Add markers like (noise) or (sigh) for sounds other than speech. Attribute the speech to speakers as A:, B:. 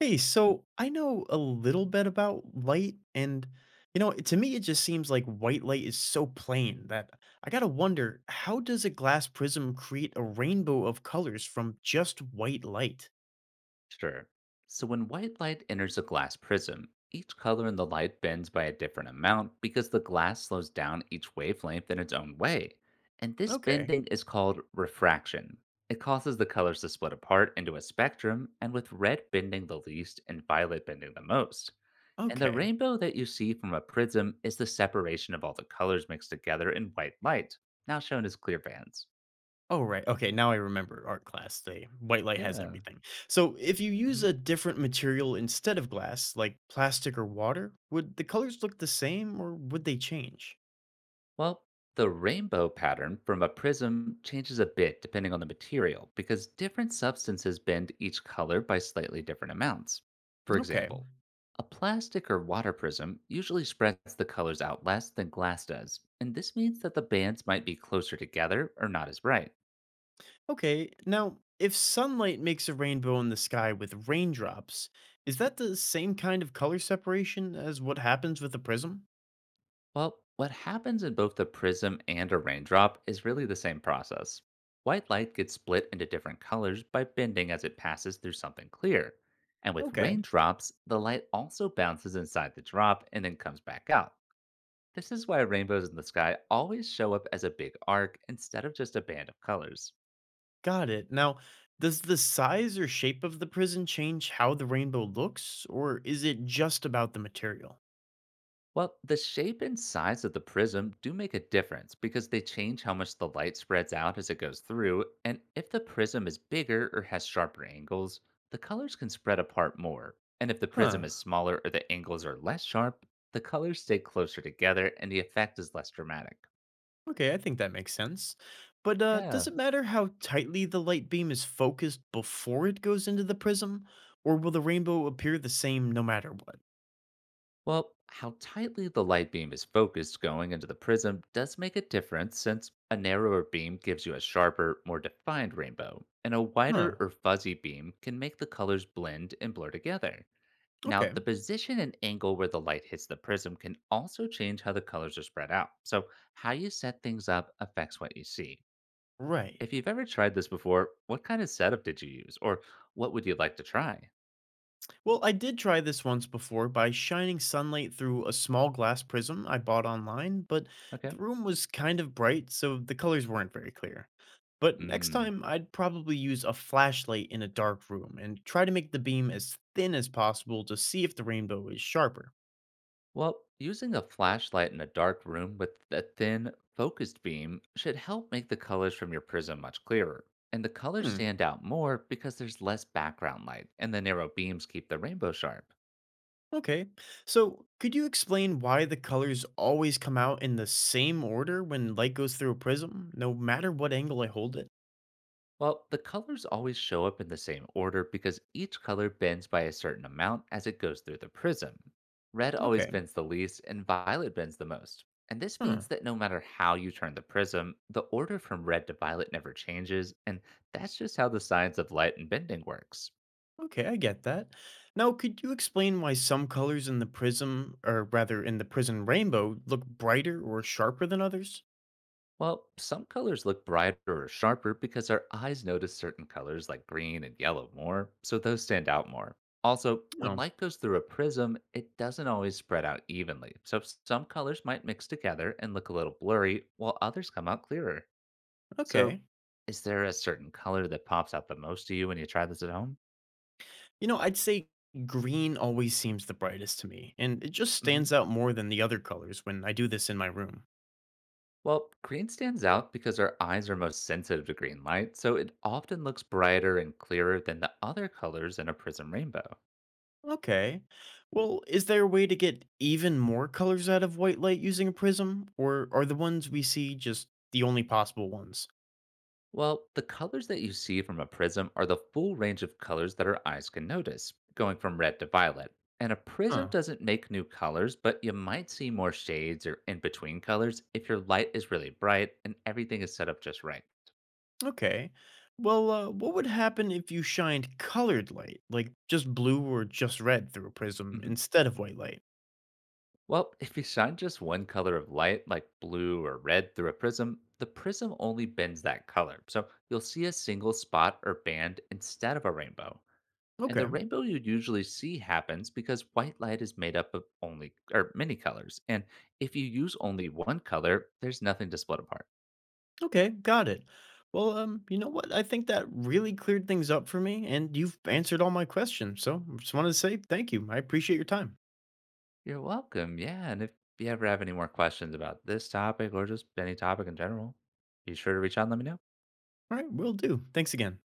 A: Hey, so I know a little bit about light, and to me, it just seems like white light is so plain that I gotta wonder, how does a glass prism create a rainbow of colors from just white light?
B: Sure. So when white light enters a glass prism, each color in the light bends by a different amount because the glass slows down each wavelength in its own way. And this
A: Okay,
B: bending is called refraction. It causes the colors to split apart into a spectrum, and with red bending the least and violet bending the most. And the
A: okay.
B: rainbow that you see from a prism is the separation of all the colors mixed together in white light, now shown as clear bands.
A: Oh, right. Okay, now I remember art class. The white light has
B: Yeah.
A: everything. So if you use a different material instead of glass, like plastic or water, would the colors look the same or would they change?
B: Well, the rainbow pattern from a prism changes a bit depending on the material because different substances bend each color by slightly different amounts. For
A: Okay.
B: example, a plastic or water prism usually spreads the colors out less than glass does, and this means that the bands might be closer together or not as bright.
A: Okay, now, if sunlight makes a rainbow in the sky with raindrops, is that the same kind of color separation as what happens with a prism?
B: Well, what happens in both the prism and a raindrop is really the same process. White light gets split into different colors by bending as it passes through something clear. And with
A: Okay,
B: raindrops, the light also bounces inside the drop and then comes back out. This is why rainbows in the sky always show up as a big arc instead of just a band of colors.
A: got it. Now, does the size or shape of the prism change how the rainbow looks, or is it just about the material?
B: Well, the shape and size of the prism do make a difference because they change how much the light spreads out as it goes through, and if the prism is bigger or has sharper angles, the colors can spread apart more. And if the prism
A: Huh,
B: is smaller or the angles are less sharp, the colors stay closer together and the effect is less dramatic.
A: okay, I think that makes sense. But does
B: Yeah.
A: it matter how tightly the light beam is focused before it goes into the prism, or will the rainbow appear the same no matter what?
B: Well, how tightly the light beam is focused going into the prism does make a difference, since a narrower beam gives you a sharper, more defined rainbow, and a wider
A: Huh,
B: or fuzzy beam can make the colors blend and blur together. Now,
A: okay,
B: the position and angle where the light hits the prism can also change how the colors are spread out. So, how you set things up affects what you see. If
A: right.
B: you've ever tried this before, what kind of setup did you use? Or what would you like to try?
A: Well, I did try this once before by shining sunlight through a small glass prism I bought online, but the
B: Okay.
A: room was kind of bright, so the colors weren't very clear. But next
B: Mm.
A: time, I'd probably use a flashlight in a dark room and try to make the beam as thin as possible to see if the rainbow is sharper.
B: Well, using a flashlight in a dark room with a thin, focused beam should help make the colors from your prism much clearer. And the colors
A: Hmm,
B: stand out more because there's less background light, and the narrow beams keep the rainbow sharp.
A: okay. So, could you explain why the colors always come out in the same order when light goes through a prism, no matter what angle I hold it?
B: Well, the colors always show up in the same order because each color bends by a certain amount as it goes through the prism. Red always
A: Okay.
B: bends the least, and violet bends the most. And this
A: Hmm.
B: means that no matter how you turn the prism, the order from red to violet never changes, and that's just how the science of light and bending works.
A: Okay, I get that. Now, could you explain why some colors in the prism, or rather in the prism rainbow, look brighter or sharper than others?
B: Well, some colors look brighter or sharper because our eyes notice certain colors like green and yellow more, so those stand out more. Also, when
A: Oh,
B: light goes through a prism, it doesn't always spread out evenly, so some colors might mix together and look a little blurry, while others come out clearer. So,
A: okay.
B: is there a certain color that pops out the most to you when you try this at home?
A: You know, I'd say green always seems the brightest to me, and it just
B: Hmm.
A: stands out more than the other colors when I do this in my room.
B: Well, green stands out because our eyes are most sensitive to green light, so it often looks brighter and clearer than the other colors in a prism rainbow.
A: Okay. Well, is there a way to get even more colors out of white light using a prism, or are the ones we see just the only possible ones?
B: Well, the colors that you see from a prism are the full range of colors that our eyes can notice, going from red to violet. And a prism
A: Huh.
B: doesn't make new colors, but you might see more shades or in between colors if your light is really bright and everything is set up just right.
A: Okay. Well, what would happen if you shined colored light, like just blue or just red, through a prism
B: Hmm.
A: instead of white light?
B: Well, (laughs) if you shine just one color of light, like blue or red, through a prism, the prism only bends that color. So you'll see a single spot or band instead of a rainbow. And the
A: Okay.
B: rainbow you usually see happens because white light is made up of only or many colors. And if you use only one color, there's nothing to split apart.
A: Okay, got it. Well, you know what? I think that really cleared things up for me, and you've answered all my questions. So I just wanted to say thank you. I appreciate your time.
B: You're welcome. Yeah. And if you ever have any more questions about this topic or just any topic in general, be sure to reach out and let me know.
A: All right, will do. Thanks again.